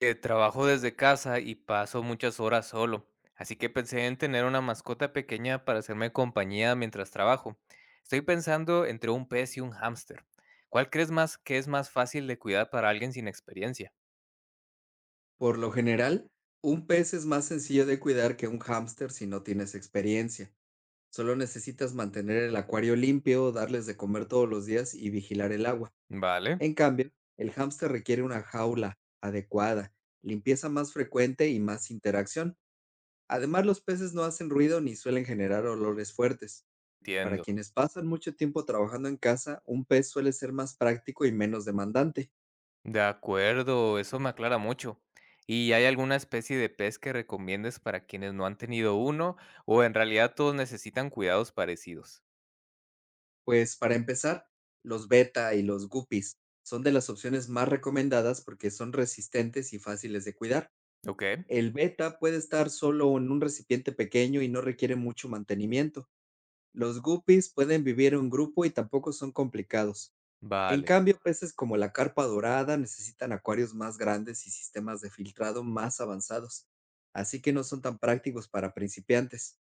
Trabajo desde casa y paso muchas horas solo, así que pensé en tener una mascota pequeña para hacerme compañía mientras trabajo. Estoy pensando entre un pez y un hámster. ¿Cuál crees más que es más fácil de cuidar para alguien sin experiencia? Por lo general, un pez es más sencillo de cuidar que un hámster si no tienes experiencia. Solo necesitas mantener el acuario limpio, darles de comer todos los días y vigilar el agua. Vale, En cambio, el hámster requiere una jaula adecuada, limpieza más frecuente y más interacción. Además, los peces no hacen ruido ni suelen generar olores fuertes. Para entiendo. quienes pasan mucho tiempo trabajando en casa, un pez suele ser más práctico y menos demandante. De acuerdo, eso me aclara mucho. ¿Y hay alguna especie de pez que recomiendes para quienes no han tenido uno o en realidad todos necesitan cuidados parecidos? Pues para empezar, los beta y los guppies son de las opciones más recomendadas porque son resistentes y fáciles de cuidar. Ok, El beta puede estar solo en un recipiente pequeño y no requiere mucho mantenimiento. Los guppies pueden vivir en grupo y tampoco son complicados. En vale. cambio, peces como la carpa dorada necesitan acuarios más grandes y sistemas de filtrado más avanzados, así que no son tan prácticos para principiantes.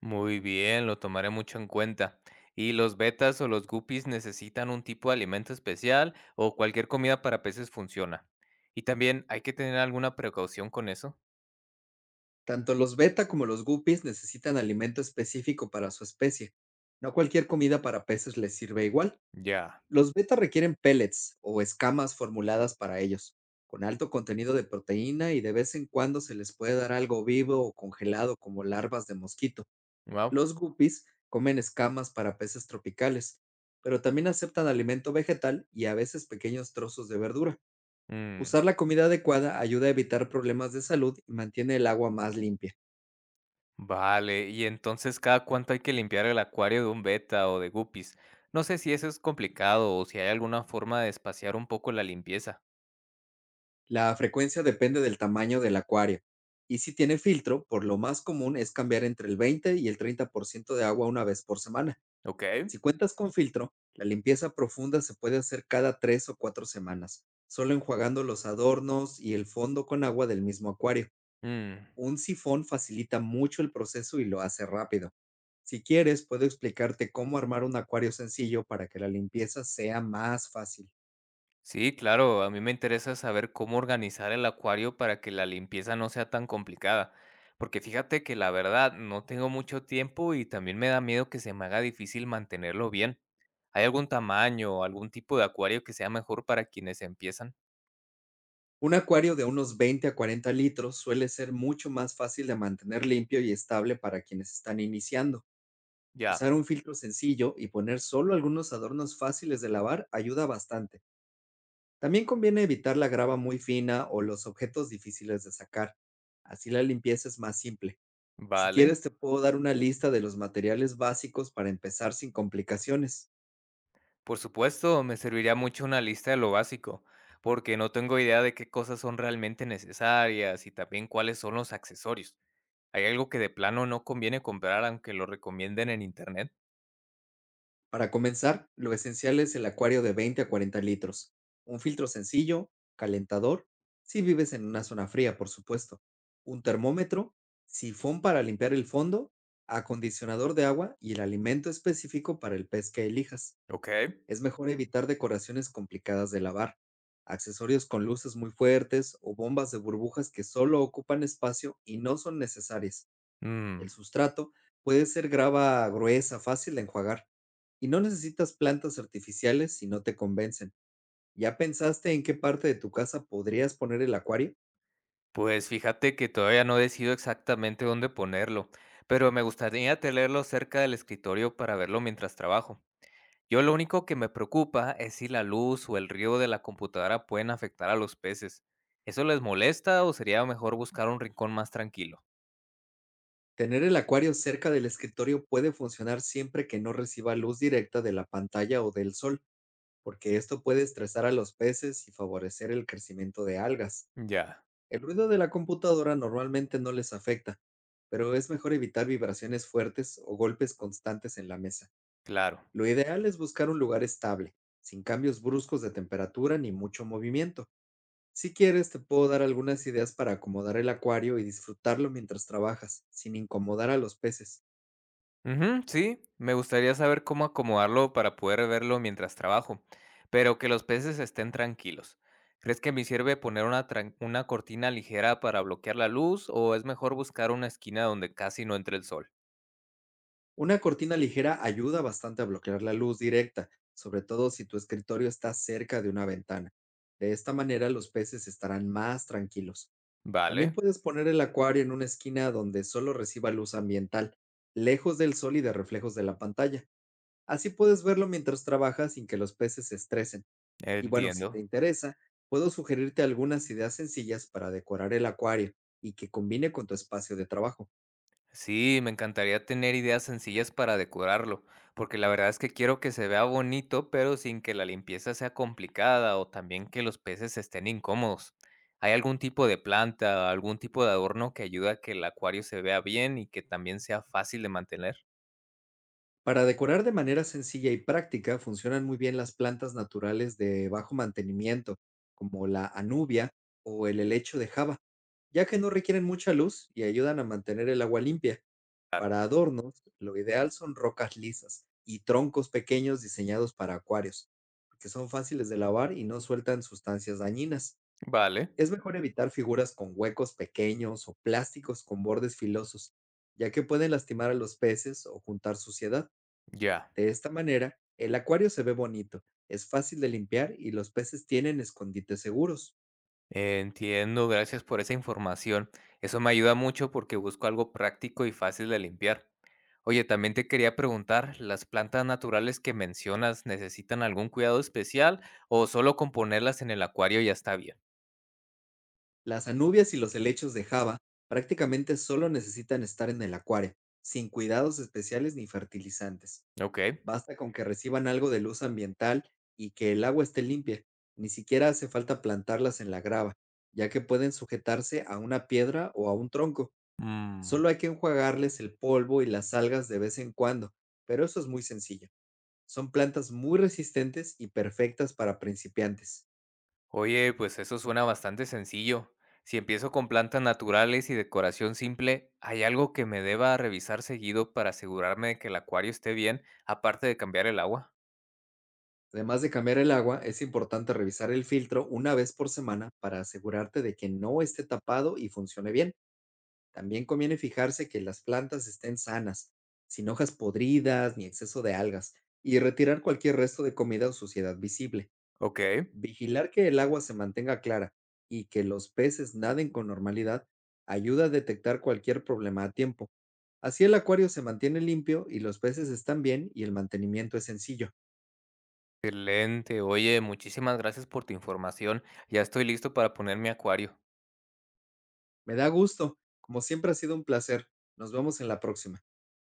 Muy bien, lo tomaré mucho en cuenta. ¿Y los betas o los guppies necesitan un tipo de alimento especial o cualquier comida para peces funciona? Y también hay que tener alguna precaución con eso. Tanto los beta como los guppies necesitan alimento específico para su especie. No cualquier comida para peces les sirve igual. Ya. Los beta requieren pellets o escamas formuladas para ellos, con alto contenido de proteína y de vez en cuando se les puede dar algo vivo o congelado como larvas de mosquito. Wow. Los guppies comen escamas para peces tropicales, pero también aceptan alimento vegetal y a veces pequeños trozos de verdura. Usar la comida adecuada ayuda a evitar problemas de salud y mantiene el agua más limpia. Vale, y entonces cada cuánto hay que limpiar el acuario de un beta o de guppies. No sé si eso es complicado o si hay alguna forma de espaciar un poco la limpieza. La frecuencia depende del tamaño del acuario. Y si tiene filtro, por lo más común es cambiar entre el 20 y el 30% de agua una vez por semana. Ok. Si cuentas con filtro, la limpieza profunda se puede hacer cada tres o cuatro semanas, solo enjuagando los adornos y el fondo con agua del mismo acuario. Un sifón facilita mucho el proceso y lo hace rápido. Si quieres, puedo explicarte cómo armar un acuario sencillo para que la limpieza sea más fácil. Sí, claro, a mí me interesa saber cómo organizar el acuario para que la limpieza no sea tan complicada, porque fíjate que la verdad no tengo mucho tiempo y también me da miedo que se me haga difícil mantenerlo bien. ¿Hay algún tamaño o algún tipo de acuario que sea mejor para quienes empiezan? Un acuario de unos 20 a 40 litros suele ser mucho más fácil de mantener limpio y estable para quienes están iniciando. Ya, Usar un filtro sencillo y poner solo algunos adornos fáciles de lavar ayuda bastante. También conviene evitar la grava muy fina o los objetos difíciles de sacar. Así la limpieza es más simple. Si vale. quieres, te puedo dar una lista de los materiales básicos para empezar sin complicaciones. Por supuesto, me serviría mucho una lista de lo básico, porque no tengo idea de qué cosas son realmente necesarias y también cuáles son los accesorios. ¿Hay algo que de plano no conviene comprar aunque lo recomienden en internet? Para comenzar, lo esencial es el acuario de 20 a 40 litros, un filtro sencillo, calentador, si vives en una zona fría, por supuesto, un termómetro, sifón para limpiar el fondo, acondicionador de agua y el alimento específico para el pez que elijas. Okey. Es mejor evitar decoraciones complicadas de lavar, accesorios con luces muy fuertes o bombas de burbujas que solo ocupan espacio y no son necesarias. Mm, El sustrato puede ser grava gruesa, fácil de enjuagar. Y no necesitas plantas artificiales si no te convencen. ¿Ya pensaste en qué parte de tu casa podrías poner el acuario? pues fíjate que todavía no decido exactamente dónde ponerlo, pero me gustaría tenerlo cerca del escritorio para verlo mientras trabajo. Yo lo único que me preocupa es si la luz o el río de la computadora pueden afectar a los peces. ¿Eso les molesta o sería mejor buscar un rincón más tranquilo? Tener el acuario cerca del escritorio puede funcionar siempre que no reciba luz directa de la pantalla o del sol, porque esto puede estresar a los peces y favorecer el crecimiento de algas. Ya, El ruido de la computadora normalmente no les afecta, pero es mejor evitar vibraciones fuertes o golpes constantes en la mesa. claro. Lo ideal es buscar un lugar estable, sin cambios bruscos de temperatura ni mucho movimiento. Si quieres, te puedo dar algunas ideas para acomodar el acuario y disfrutarlo mientras trabajas, sin incomodar a los peces. Ujú, sí, me gustaría saber cómo acomodarlo para poder verlo mientras trabajo, pero que los peces estén tranquilos. ¿Crees que me sirve poner una cortina ligera para bloquear la luz o es mejor buscar una esquina donde casi no entre el sol? Una cortina ligera ayuda bastante a bloquear la luz directa, sobre todo si tu escritorio está cerca de una ventana. De esta manera los peces estarán más tranquilos. También Vale, puedes poner el acuario en una esquina donde solo reciba luz ambiental, lejos del sol y de reflejos de la pantalla. Así puedes verlo mientras trabajas sin que los peces se estresen. Y bueno, si te entiendo. interesa, puedo sugerirte algunas ideas sencillas para decorar el acuario y que combine con tu espacio de trabajo. Sí, me encantaría tener ideas sencillas para decorarlo, porque la verdad es que quiero que se vea bonito, pero sin que la limpieza sea complicada o también que los peces estén incómodos. ¿Hay algún tipo de planta, algún tipo de adorno que ayude a que el acuario se vea bien y que también sea fácil de mantener? Para decorar de manera sencilla y práctica funcionan muy bien las plantas naturales de bajo mantenimiento, como la anubia o el helecho de Java, ya que no requieren mucha luz y ayudan a mantener el agua limpia. Claro. Para adornos, lo ideal son rocas lisas y troncos pequeños diseñados para acuarios, porque son fáciles de lavar y no sueltan sustancias dañinas. Vale, Es mejor evitar figuras con huecos pequeños o plásticos con bordes filosos, ya que pueden lastimar a los peces o juntar suciedad. ya. De esta manera, el acuario se ve bonito, es fácil de limpiar y los peces tienen escondites seguros. Entiendo, gracias por esa información. Eso me ayuda mucho porque busco algo práctico y fácil de limpiar. Oye, también te quería preguntar, ¿las plantas naturales que mencionas necesitan algún cuidado especial o solo con ponerlas en el acuario ya está bien? Las anubias y los helechos de Java prácticamente solo necesitan estar en el acuario, sin cuidados especiales ni fertilizantes. Ok. Basta con que reciban algo de luz ambiental y que el agua esté limpia. Ni siquiera hace falta plantarlas en la grava, ya que pueden sujetarse a una piedra o a un tronco. Mm, Solo hay que enjuagarles el polvo y las algas de vez en cuando, pero eso es muy sencillo. Son plantas muy resistentes y perfectas para principiantes. oye, pues eso suena bastante sencillo. Si empiezo con plantas naturales y decoración simple, ¿hay algo que me deba revisar seguido para asegurarme de que el acuario esté bien, aparte de cambiar el agua? Además de cambiar el agua, es importante revisar el filtro una vez por semana para asegurarte de que no esté tapado y funcione bien. También conviene fijarse que las plantas estén sanas, sin hojas podridas ni exceso de algas, y retirar cualquier resto de comida o suciedad visible. Ok. Vigilar que el agua se mantenga clara y que los peces naden con normalidad ayuda a detectar cualquier problema a tiempo. Así el acuario se mantiene limpio y los peces están bien y el mantenimiento es sencillo. Excelente. Oye, muchísimas gracias por tu información. Ya estoy listo para poner mi acuario. Me da gusto. Como siempre ha sido un placer. Nos vemos en la próxima.